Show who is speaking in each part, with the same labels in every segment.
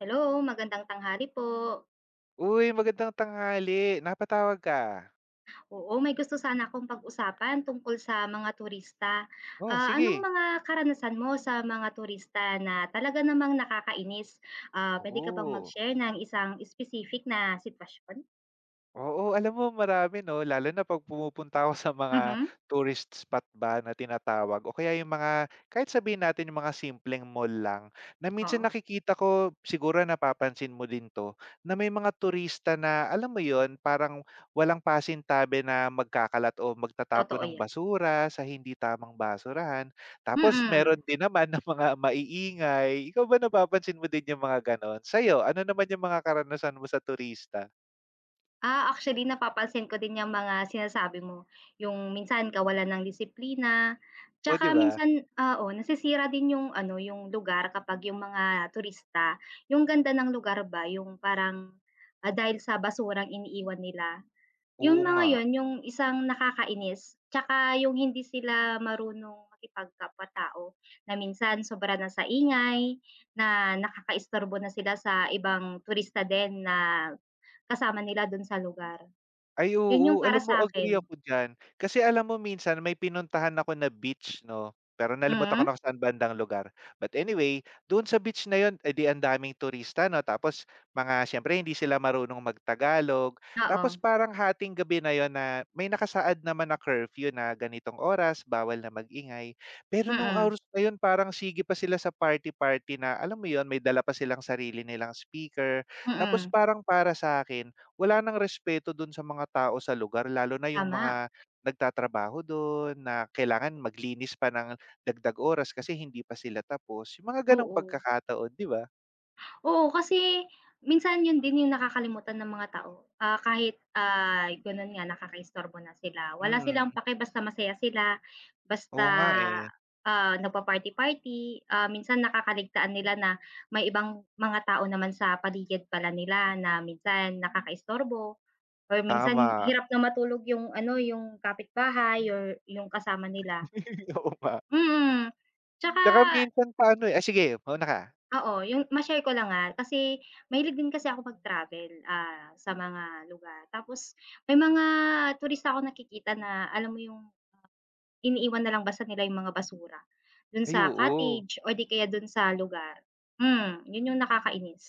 Speaker 1: Hello, magandang tanghali po.
Speaker 2: Uy, magandang tanghali. Napatawag ka?
Speaker 1: Oo, may gusto sana akong pag-usapan tungkol sa mga turista.
Speaker 2: Oh,
Speaker 1: Anong
Speaker 2: sige.
Speaker 1: mga karanasan mo sa mga turista na talaga namang nakakainis? Puwede ka bang
Speaker 2: Oo.
Speaker 1: mag-share ng isang specific na sitwasyon?
Speaker 2: Oo, alam mo marami 'no, lalo na 'pag pumupunta ako sa mga
Speaker 1: Mhm.
Speaker 2: tourist spot ba na tinatawag o kaya yung mga kahit sabihin natin yung mga simpleng mall lang, na minsan
Speaker 1: Oo,
Speaker 2: nakikita ko, siguro napapansin mo din 'to, na may mga turista na alam mo yon parang walang pasintabi na magkakalat o magtatapon
Speaker 1: totoo
Speaker 2: ng
Speaker 1: 'yan.
Speaker 2: basura sa hindi tamang basurahan. Tapos
Speaker 1: Mm.
Speaker 2: meron din naman ng mga maiingay. Ikaw ba napapansin mo din yung mga gano'n? Sa'yo, ano naman yung mga karanasan mo sa turista?
Speaker 1: Actually napapansin ko din yung mga sinasabi mo, yung minsan kawalan ng disiplina,
Speaker 2: Oh,
Speaker 1: tsaka
Speaker 2: 'di ba?
Speaker 1: minsan, oo, nasisira din yung ano, yung lugar kapag yung mga turista, yung ganda ng lugar ba yung parang, dahil sa basurang iniiwan nila.
Speaker 2: Oo
Speaker 1: Yung mga
Speaker 2: nga.
Speaker 1: yun, yung isang nakakainis, tsaka yung hindi sila marunong makipagkapwa-tao na minsan sobra na sa ingay, na nakakaistorbo na sila sa ibang turista din na kasama nila dun sa lugar.
Speaker 2: Ay
Speaker 1: Yun yung
Speaker 2: oo, alam
Speaker 1: para
Speaker 2: mo
Speaker 1: sa'kin.
Speaker 2: agree ako dyan. Kasi alam mo minsan may pinuntahan ako na beach 'no, pero nalimutan ko
Speaker 1: Mm,
Speaker 2: na kung saan bandang lugar. But anyway, doon sa beach na 'yun, eh, ang daming turista 'no, tapos mga siyempre hindi sila marunong magtagalog.
Speaker 1: oo,
Speaker 2: Tapos parang hating gabi na yon na may nakasaad naman na curfew na ganitong oras bawal na magingay. Pero nung
Speaker 1: mm,
Speaker 2: oras na 'yun parang sige pa sila sa party-party na alam mo yon may dala pa silang sarili nilang speaker. Tapos
Speaker 1: mm,
Speaker 2: parang para sa akin wala ng respeto dun sa mga tao sa lugar lalo na yung
Speaker 1: tama,
Speaker 2: mga nagtatrabaho dun na kailangan maglinis pa ng dagdag oras kasi hindi pa sila tapos, yung mga ganong
Speaker 1: oo.
Speaker 2: pagkakataon, 'di ba?
Speaker 1: Oo, kasi minsan yun din yung nakakalimutan ng mga tao, kahit, ganun nga nakakaistorbo na sila, wala silang
Speaker 2: Mm,
Speaker 1: pake basta masaya sila, basta,
Speaker 2: oo nga, eh,
Speaker 1: nagpa-party-party, minsan nakakaligtaan nila na may ibang mga tao naman sa paligid pala nila na minsan nakakaistorbo or minsan
Speaker 2: tama.
Speaker 1: hirap na matulog yung ano, yung kapitbahay or yung kasama nila.
Speaker 2: Oo nga.
Speaker 1: Mm. Tsaka
Speaker 2: Tsaka minsan pa ano, eh sige, mauna ka.
Speaker 1: oo, yung ma-share ko lang, kasi mahilig din kasi ako mag-travel, sa mga lugar. Tapos may mga turista akong nakikita na alam mo yung iniiwan na lang basta nila yung mga basura dun
Speaker 2: Ay
Speaker 1: sa
Speaker 2: oo,
Speaker 1: cottage or di kaya dun sa lugar. Hmm, yun yung nakakainis.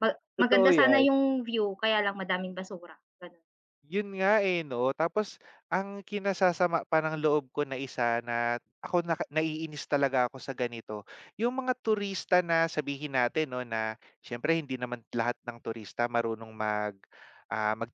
Speaker 1: Ma
Speaker 2: totoo
Speaker 1: maganda sana
Speaker 2: yan.
Speaker 1: yung view kaya lang madaming basura, ganun.
Speaker 2: Yun nga, eh, 'no. Tapos ang kinasasama pa ng loob ko na isa na ako na naiinis talaga ako sa ganito, yung mga turista na sabihin natin 'no, na siyempre hindi naman lahat ng turista marunong mag, ah, mag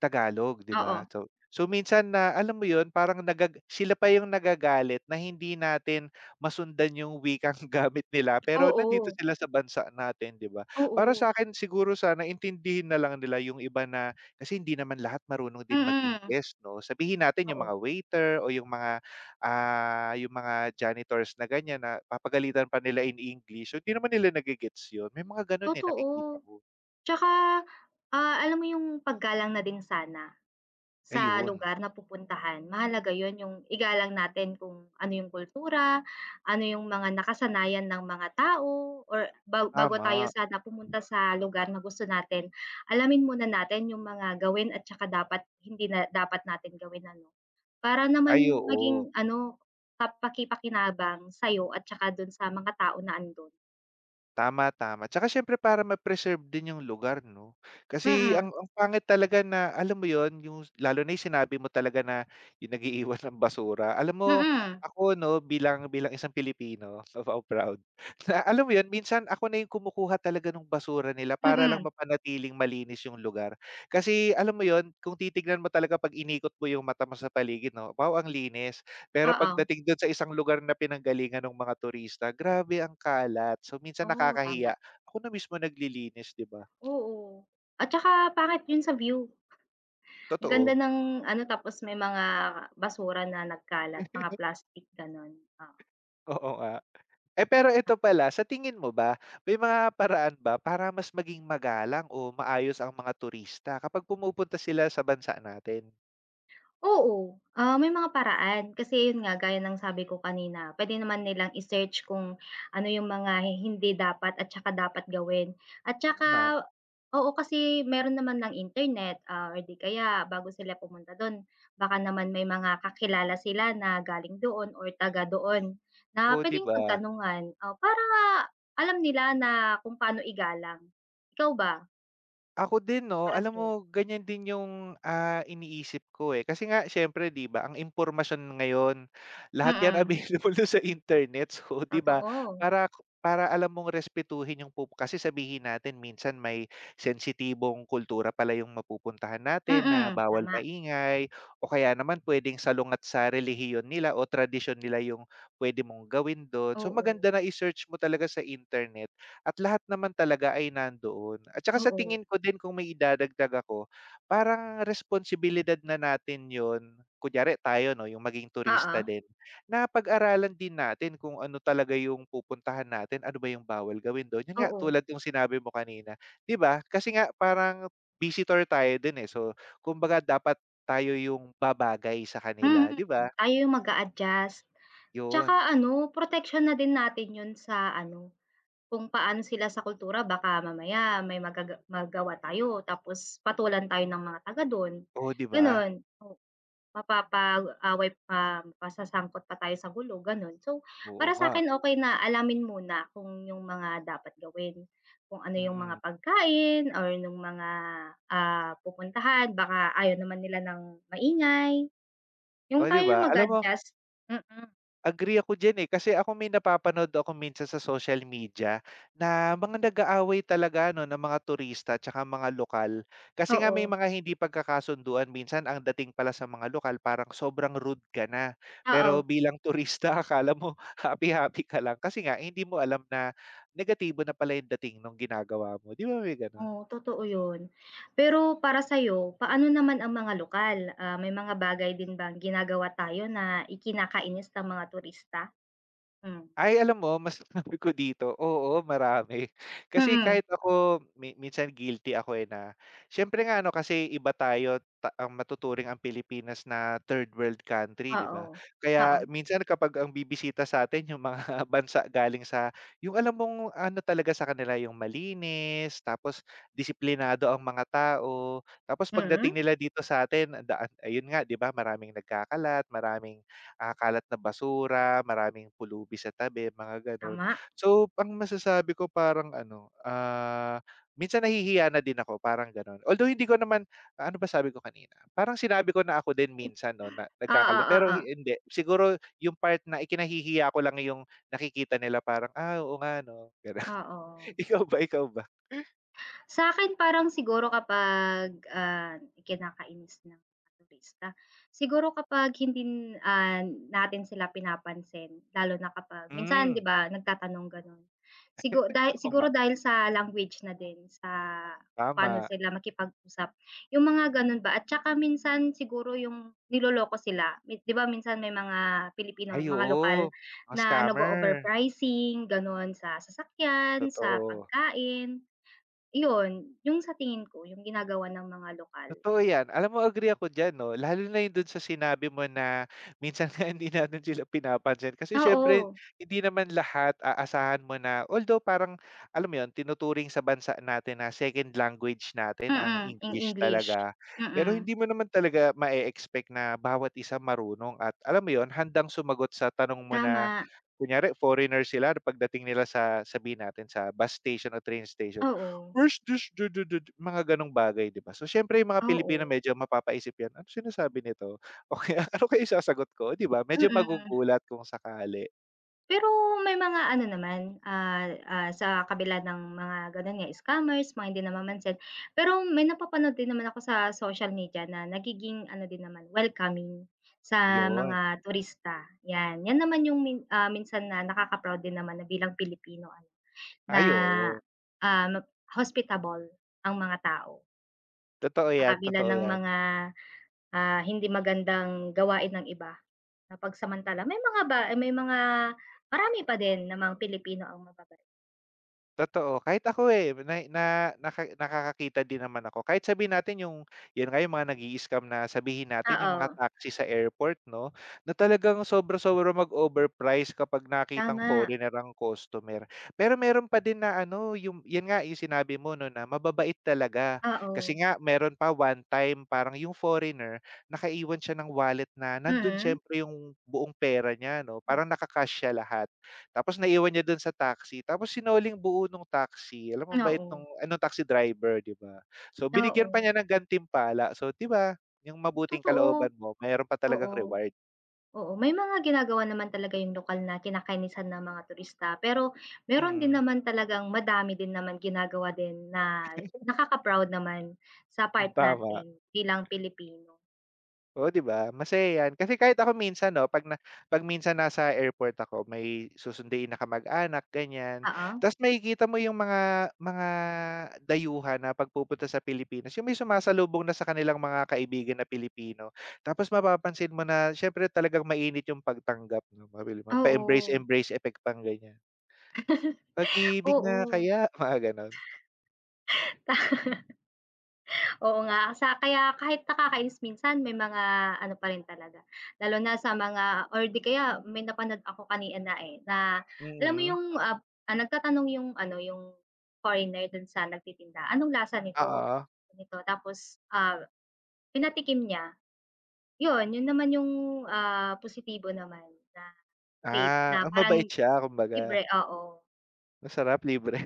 Speaker 2: 'di
Speaker 1: Oo,
Speaker 2: ba? So, minsan na alam mo yun, parang sila pa yung nagagalit na hindi natin masundan yung wikang gamit nila, pero nandito
Speaker 1: oo,
Speaker 2: sila sa bansa natin, 'di ba? Para
Speaker 1: oo,
Speaker 2: sa akin siguro sana intindihin na lang nila yung iba na kasi hindi naman lahat marunong din
Speaker 1: mm,
Speaker 2: mag-Ingles 'no. Sabihin natin yung mga
Speaker 1: oo.
Speaker 2: waiter o yung yung mga janitors na ganyan na papagalitan pa nila in English, so hindi naman nila nage-gets yun. May mga ganun, eh, nakikita
Speaker 1: Totoo.
Speaker 2: ko.
Speaker 1: Tsaka, alam mo yung paggalang na din sana sa
Speaker 2: Ayun,
Speaker 1: lugar na pupuntahan. Mahalaga yon yung igalang natin kung ano yung kultura, ano yung mga nakasanayan ng mga tao, or ba bago tayo
Speaker 2: tama.
Speaker 1: sana pumunta sa lugar na gusto natin, alamin muna natin yung mga gawin at tsaka dapat hindi na dapat natin gawin, ano. Para
Speaker 2: Ay,
Speaker 1: naman
Speaker 2: oo.
Speaker 1: maging ano, kapaki-pakinabang sa'yo at tsaka dun sa mga tao na andun.
Speaker 2: Tama, tama. Tsaka siyempre para ma-preserve din yung lugar 'no. Kasi
Speaker 1: Mm,
Speaker 2: ang pangit talaga na alam mo yon, yung lalo na yung sinabi mo talaga na yung nagiiwan ng basura. Alam mo
Speaker 1: mm,
Speaker 2: ako 'no, bilang bilang isang Pilipino, so proud. Na alam mo yon, minsan ako na yung kumukuha talaga ng basura nila para lang
Speaker 1: mm,
Speaker 2: mapanatiling malinis yung lugar. Kasi alam mo yon, kung titignan mo talaga 'pag inikot mo yung mata mo sa paligid 'no, wow ang linis. Pero
Speaker 1: oo,
Speaker 2: pagdating dun sa isang lugar na pinanggalingan ng mga turista, grabe ang kalat. So, minsan
Speaker 1: oo, tama.
Speaker 2: nakakahiya. Ako na mismo naglilinis, 'di ba?
Speaker 1: Oo. At saka pangit yun sa view. Ang ganda
Speaker 2: Totoo,
Speaker 1: ng ano, tapos may mga basura na nagkalat, mga plastic, gano'n, oo.
Speaker 2: oo nga. Eh, pero eto pala, sa tingin mo ba, may mga paraan ba para mas maging magalang o maayos ang mga turista kapag pumupunta sila sa bansa natin?
Speaker 1: Oo, may mga paraan kasi yun nga gaya ng sabi ko kanina puwede naman nilang i-search kung ano yung mga hindi dapat at saka dapat gawin. At
Speaker 2: Tama,
Speaker 1: saka oo, kasi meron naman ng internet, or di kaya bago sila pumunta dun baka naman may mga kakilala sila na galing doon or taga doon na
Speaker 2: o 'di
Speaker 1: puwedeng
Speaker 2: ba?
Speaker 1: pagtanungan, oh, para alam nila na kung paano igalang. Ikaw ba,
Speaker 2: Ako din 'no,
Speaker 1: para
Speaker 2: alam
Speaker 1: sa'yo?
Speaker 2: mo ganyan din yung, ah, iniisip ko, eh. Kasi nga siyempre 'di ba ang impormasyon ngayon,
Speaker 1: Mm,
Speaker 2: lahat 'yan available
Speaker 1: mm,
Speaker 2: na sa internet. So 'di ba,
Speaker 1: totoo.
Speaker 2: para para alam mong respetuhin yung pupu kasi sabihin natin minsan may sensitibong kultura pala yung mapupuntahan natin na
Speaker 1: Mm,
Speaker 2: bawal
Speaker 1: tama,
Speaker 2: maingay o kaya naman puwedeng salungat sa relihiyon nila o tradisyon nila yung puwede mong gawin do'n. So
Speaker 1: oo.
Speaker 2: maganda na i-search mo talaga sa internet at lahat naman talaga ay nandoon. At saka sa
Speaker 1: Oo.
Speaker 2: tingin ko din kung may idadagdag ako, parang responsibilidad na natin 'yun, kunyari tayo 'no, yung maging
Speaker 1: Oo.
Speaker 2: turista din, na pag-aralan din natin kung ano talaga yung pupuntahan natin, ano ba yung bawal gawin do'n. 'Yun nga,
Speaker 1: Oo.
Speaker 2: tulad yung sinabi mo kanina, 'di ba? Kasi nga parang visitor tayo do'n, eh, so kumbaga dapat tayo yung babagay sa kanila, 'di ba?
Speaker 1: Mhm. Tayo yung mag-a-adjust.
Speaker 2: 'Yun.
Speaker 1: Tsaka ano, proteksyon na din natin yun sa ano, kung paano sila sa kultura baka mamaya may magaga magawa tayo tapos patulan tayo ng mga taga dun,
Speaker 2: Oo 'di ba?
Speaker 1: ganun. Mapapag-away pa masasangkot pa tayo sa gulo, gano'n. So,
Speaker 2: Oo
Speaker 1: para
Speaker 2: nga,
Speaker 1: sa akin okay na alamin muna kung yung mga dapat gawin, kung ano yung mga
Speaker 2: mm.
Speaker 1: pagkain or nung mga, pupuntahan baka ayaw naman nila ng maingay, yung
Speaker 2: Oh, 'di
Speaker 1: tayo
Speaker 2: ba?
Speaker 1: yung mag
Speaker 2: Alam mo
Speaker 1: adjust. Mm,
Speaker 2: agree ako diyan, eh, kasi ako may napapanood ako minsan sa social media na mga nag-aaway talaga ano ng mga turista tsaka mga lokal. Kasi nga may
Speaker 1: oo,
Speaker 2: mga hindi pagkakasunduan minsan ang dating pala sa mga lokal parang sobrang rude ka na.
Speaker 1: oo,
Speaker 2: Pero bilang turista akala mo happy-happy ka lang kasi nga hindi mo alam na negatibo na pala yung dating nung ginagawa mo, 'di ba may gano'n?
Speaker 1: oo, totoo yun. Pero para sa'yo, paano naman ang mga lokal? Ah, may mga bagay din bang ginagawa tayo na ikinakainis ng mga turista? Hmm, mm.
Speaker 2: Ay, alam mo mas sabi ko dito, oo, marami. Kasi
Speaker 1: Mm-mm.
Speaker 2: kahit ako minsan guilty ako, eh, na siyempre nga ano kasi iba tayo ta ang matuturing ang Pilipinas na third world country, 'di
Speaker 1: Oo.
Speaker 2: ba?
Speaker 1: Oo.
Speaker 2: Kaya minsan kapag ang bibisita sa atin yung mga bansa galing sa yung alam mong ano talaga sa kanila yung malinis, tapos disiplinado ang mga tao. Tapos
Speaker 1: Mm,
Speaker 2: pagdating nila dito sa'tin ang daan ayun nga, 'di ba, maraming nagkakalat, maraming kalat na basura, maraming pulubi sa tabi, mga gano'n.
Speaker 1: tama.
Speaker 2: So, ang masasabi ko parang ano, ah, minsan nahihiya na din ako, parang gano'n. Although hindi ko naman ano ba sabi ko kanina? Parang sinabi ko na ako din minsan 'no, na
Speaker 1: Oo,
Speaker 2: nagkakalat pero
Speaker 1: oo.
Speaker 2: hindi, siguro yung part na ikinahihiya ko lang yung nakikita nila parang, "Ah, oo nga 'no." Gano'n.
Speaker 1: Oo. Oo.
Speaker 2: Ikaw ba?
Speaker 1: Sa akin parang siguro kapag, kinakainis ng mga turista, siguro kapag hindi, natin sila pinapansin lalo na kapag minsan 'di
Speaker 2: Hmm,
Speaker 1: ba nagtatanong gano'n. Sigu dahi
Speaker 2: oo nga,
Speaker 1: siguro dahil sa language na din, sa kung paano
Speaker 2: tama.
Speaker 1: sila makipag-usap, yung mga gano'n ba at saka minsan siguro yung niloloko sila. Mi 'di ba minsan may mga Pilipino,
Speaker 2: Ay
Speaker 1: mga
Speaker 2: oo,
Speaker 1: lokal
Speaker 2: mga
Speaker 1: na
Speaker 2: scammer,
Speaker 1: nag-o-overpricing gano'n sa sasakyan, sa
Speaker 2: totoo.
Speaker 1: pagkain. Yun, yung sa tingin ko yung ginagawa ng mga lokal.
Speaker 2: Totoo yan. Alam mo agree ako diyan 'no, lalo na yung dun sa sinabi mo na minsan nga hindi natin sila pinapansin kasi siyempre
Speaker 1: Oo,
Speaker 2: hindi naman lahat aasahan mo na although parang alam mo yun, tinuturing sa bansa natin na second language natin ang
Speaker 1: mm, in
Speaker 2: English
Speaker 1: English.
Speaker 2: talaga. Pero
Speaker 1: Mm,
Speaker 2: hindi mo naman talaga mae-expect na bawat isa marunong at alam mo yun, handang sumagot sa tanong mo na
Speaker 1: tama,
Speaker 2: kunyari foreigner sila pagdating nila sa sabihin natin sa bus station o train station.
Speaker 1: oo,
Speaker 2: Worst dish du du du du mga gano'ng bagay 'di ba? So siyempre yung mga
Speaker 1: oo,
Speaker 2: Pilipino medyo mapapaisip yan, "Ano sinasabi nito?" O kaya, "Ano kaya isasagot ko?" 'Di ba medyo
Speaker 1: mm.
Speaker 2: magugulat kung sakali,
Speaker 1: Pero may mga ano naman, sa kabila ng mga gano'n nga scammers, mga hindi namamansin, pero may napapanood din naman ako sa social media na nagiging ano din naman welcoming sa
Speaker 2: yun.
Speaker 1: mga turista, 'yan. 'Yan naman yung min minsan na nakaka-proud din naman na bilang Pilipino ano. Na,
Speaker 2: Ay oo,
Speaker 1: map hospitable ang mga tao
Speaker 2: totoo
Speaker 1: sa
Speaker 2: yan,
Speaker 1: kabila
Speaker 2: totoo
Speaker 1: ng
Speaker 2: yan.
Speaker 1: mga, hindi magandang gawain ng iba. Napagsamantala may mga ba eh, may mga marami pa din na mga Pilipino ang mababait.
Speaker 2: Totoo, kahit ako, eh, na na nakakakita din naman ako. Kahit sabihin natin yung 'yun nga, yung mga nag scam na sabihin natin yung mga
Speaker 1: Oo,
Speaker 2: taxi sa airport 'no, na talagang sobra-sobra mag-overprice kapag nakitang
Speaker 1: tama,
Speaker 2: foreigner ang customer. Pero meron pa din na ano, yung 'yan nga, yung sinabi mo 'no, na mababait talaga. Kasi
Speaker 1: oo,
Speaker 2: nga meron pa one time parang yung foreigner, nakaiwan siya ng wallet na nandun
Speaker 1: mm.
Speaker 2: siyempre yung buong pera niya 'no, parang naka siya lahat. Tapos naiwan niya dun sa taxi, tapos sinoling buo nung taxi, alam mo ang bait
Speaker 1: Oo,
Speaker 2: nung taxi driver, 'di ba? So, binigyan pa
Speaker 1: oo,
Speaker 2: niya ng gantimpala. So, 'di ba, yung mabuting
Speaker 1: totoo,
Speaker 2: kalooban mo mayro'n pa talagang
Speaker 1: oo.
Speaker 2: reward.
Speaker 1: Oo, may mga ginagawa naman talaga yung lokal na kinakainisan ng mga turista, pero meron din
Speaker 2: Mm,
Speaker 1: naman talagang madami din naman ginagawa din na nakaka-proud naman sa part
Speaker 2: tama.
Speaker 1: natin bilang Pilipino.
Speaker 2: Oo, 'di ba? Masaya 'yan. Kasi kahit ako minsan 'no, 'pag minsan nasa airport ako, may susunduin na kamag-anak, ganyan.
Speaker 1: Oo,
Speaker 2: Ta's makikita mo yung mga dayuhan na 'pag sa Pilipinas, yung may sumasalubong na sa kanilang mga kaibigan na Pilipino. Tapos mapapansin mo na siyempre talagang mainit yung pagtanggap 'no, mabili mo pa-embrace,
Speaker 1: oo,
Speaker 2: embrace effect pang ganyan. "Pag-ibig na
Speaker 1: oo.
Speaker 2: kaya?" Mga gano'n.
Speaker 1: Oo nga, sa kaya kahit nakakainis minsan may mga ano pa rin talaga, lalo na sa mga or di kaya may napanood ako kanina, eh, na alam mo
Speaker 2: Mm,
Speaker 1: yung, nagtatanong yung ano, yung foreigner dun sa nagtitinda, "Anong lasa nito,
Speaker 2: oo.
Speaker 1: nito?" Tapos, pinatikim niya, yun, yun naman yung, positibo naman na trait
Speaker 2: Ah,
Speaker 1: na
Speaker 2: ah, mabait
Speaker 1: parang
Speaker 2: siya kumbaga.
Speaker 1: libre, oo.
Speaker 2: Masarap, libre.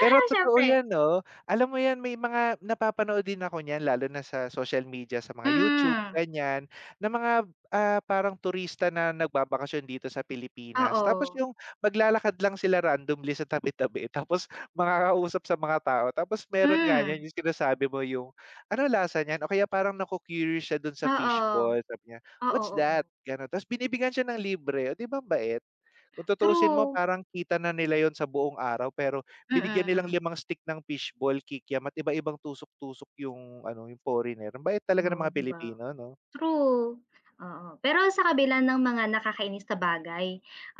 Speaker 2: Pero totoo
Speaker 1: siyempre,
Speaker 2: 'yan 'no. Alam mo 'yan may mga napapanood din ako niyan lalo na sa social media, sa mga YouTube
Speaker 1: mm,
Speaker 2: ganyan, na mga, ah, parang turista na nagbabakasyon dito sa Pilipinas. Tapos
Speaker 1: oo,
Speaker 2: yung maglalakad lang sila randomly sa tabi-tabi tapos makakausap sa mga tao. Tapos meron nga niyan
Speaker 1: hmm,
Speaker 2: yung sinasabi mo yung, "Ano lasa niyan?" O kaya parang naku-curious siya dun sa
Speaker 1: oo,
Speaker 2: fishball. Sabi niya,
Speaker 1: oo,
Speaker 2: "What's
Speaker 1: oo,
Speaker 2: that?" Gano'n. Tapos binibigyan siya ng libre. O 'di ba ang bait? Kung tutuusin mo
Speaker 1: true,
Speaker 2: parang kita na nila yun sa buong araw pero binigyan nilang
Speaker 1: mm.
Speaker 2: limang stick ng fishball, kikiam at iba-ibang tusok-tusok yung ano, yung foreigner. Ang bait talaga ng
Speaker 1: Oo,
Speaker 2: mga
Speaker 1: 'di ba?
Speaker 2: Pilipino 'no?
Speaker 1: True, oo. Pero sa kabila ng mga nakakainis na bagay,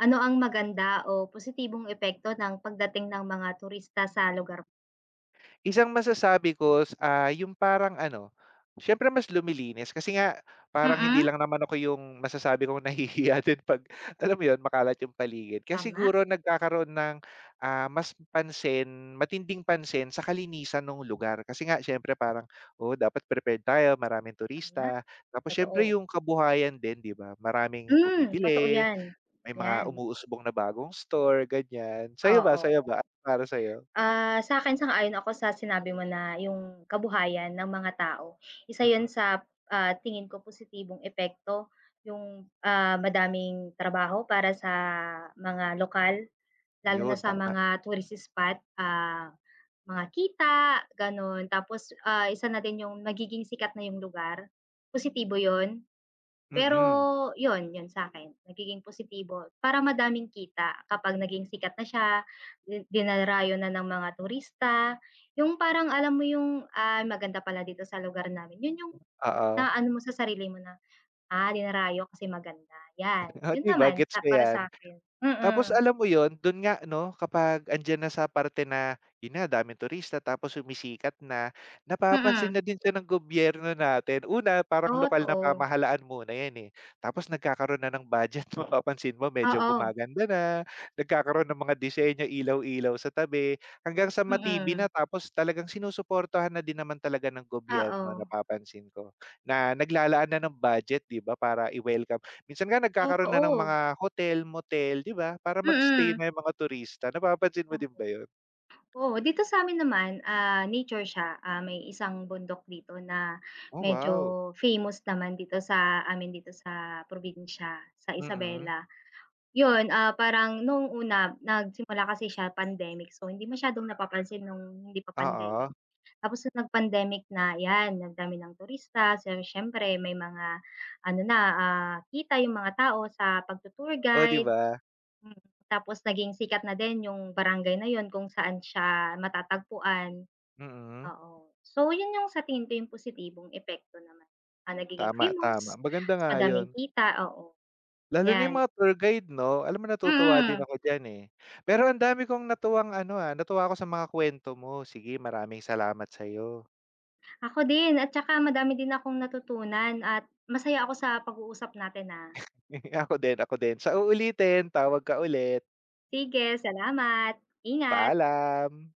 Speaker 1: ano ang maganda o positibong epekto ng pagdating ng mga turista sa lugar?
Speaker 2: Isang masasabi ko yung parang ano, siyempre mas lumilinis kasi nga parang hindi
Speaker 1: Mm.
Speaker 2: lang naman ako yung masasabi kong nahihiya din 'pag alam mo yun, makalat yung paligid. Kasi
Speaker 1: Tama,
Speaker 2: siguro nagkakaroon ng, mas pansin, matinding pansin sa kalinisan nung lugar. Kasi nga siyempre parang, oo, dapat prepared tayo, maraming
Speaker 1: tama,
Speaker 2: turista. Tapos siyempre
Speaker 1: totoo.
Speaker 2: yung kabuhayan din, 'di ba? Maraming
Speaker 1: Hmm, totoo
Speaker 2: bumibili,
Speaker 1: 'yan,
Speaker 2: may mga
Speaker 1: 'yan,
Speaker 2: umuusbong na bagong store, ganyan. Sa'yo ba
Speaker 1: oo.
Speaker 2: sa'yo ba? Para sa'yo?
Speaker 1: Ah, sa'kin sang-ayon ako sa sinabi mo na yung kabuhayan ng mga tao, isa 'yun
Speaker 2: Mm,
Speaker 1: sa, tingin ko positibong epekto, yung, madaming trabaho para sa mga lokal. Lalo na
Speaker 2: yun
Speaker 1: sa
Speaker 2: tama.
Speaker 1: mga tourist spot, mga kita, gano'n. Tapos, isa na din yung magiging sikat na yung lugar, positibo yun. Pero
Speaker 2: Mm,
Speaker 1: yun, yun sa akin, nagiging positibo para madaming kita kapag naging sikat na siya, di dinarayo na ng mga turista. Yung parang alam mo yung, "Ay, maganda pala dito sa lugar namin." Yun yung
Speaker 2: oo.
Speaker 1: naaano mo sa sarili mo na, "Ah, dinarayo kasi maganda." Yan,
Speaker 2: Oh,
Speaker 1: yun
Speaker 2: 'di ba
Speaker 1: naman
Speaker 2: gets
Speaker 1: sa
Speaker 2: ko
Speaker 1: para
Speaker 2: 'yan.
Speaker 1: sa akin.
Speaker 2: Tapos
Speaker 1: Sa'kin.
Speaker 2: alam mo 'yun, do'n nga 'no, kapag andiyan na sa parte na 'yun na daming turista tapos sumisikat na,
Speaker 1: Mm,
Speaker 2: napapansin
Speaker 1: mm,
Speaker 2: na din siya ng gobyerno natin. Una, parang lokal na
Speaker 1: totoo.
Speaker 2: pamahalaan muna 'yan, eh, tapos nagkakaroon na ng budget mapapansin mo medyo
Speaker 1: Oo,
Speaker 2: gumaganda na, nagkakaroon ng mga disenyo, ilaw-ilaw sa tabi, hanggang sa ma-TV na
Speaker 1: mm.
Speaker 2: tapos talagang sinusuportahan na din naman talaga ng gobyerno
Speaker 1: Oo,
Speaker 2: napapansin ko, na naglalaan na ng budget 'di ba para i-welcome. Minsan nga nagkakaroon na ng
Speaker 1: totoo.
Speaker 2: mga hotel, motel, 'di ba, para mag-stay
Speaker 1: Mm.
Speaker 2: na yung mga turista, napapansin mo din ba 'yun?
Speaker 1: Oo, dito sa'min naman, nature siya, may isang bundok dito na
Speaker 2: Oh, wow.
Speaker 1: medyo famous naman dito sa amin dito sa probinsya, sa
Speaker 2: Mm,
Speaker 1: Isabela. 'Yun, parang nung una nagsimula kasi siya pandemic, so hindi masyadong napapansin nung hindi pa
Speaker 2: oo.
Speaker 1: pandemic. Tapos nung nag-pandemic na 'yan, ang dami ng turista, so siyempre may mga ano na, kita yung mga tao sa pagtu-tour
Speaker 2: Oh, 'di
Speaker 1: guide.
Speaker 2: ba?
Speaker 1: Mm, tapos naging sikat na din yung barangay na yun kung saan siya matatagpuan,
Speaker 2: Mm.
Speaker 1: oo. So, yun yung sa tingin ko yung positibong epekto naman, nagiging
Speaker 2: Tama, tama,
Speaker 1: famous,
Speaker 2: maganda
Speaker 1: mas
Speaker 2: nga 'yun.
Speaker 1: madaming kita, oo,
Speaker 2: Lalo na
Speaker 1: yan.
Speaker 2: yung mga tour guide 'no, alam mo natutuwa din
Speaker 1: Mm,
Speaker 2: ako diyan, eh. Pero ang dami kong natuwa ako sa mga kuwento mo, sige maraming salamat sa'yo.
Speaker 1: ako din at saka madami din akong natutunan at masaya ako sa pag-uusap natin, ah.
Speaker 2: Ako din, ako din. Sa uulitin, tawag ka ulit.
Speaker 1: Sige, salamat, ingat.
Speaker 2: Paalam.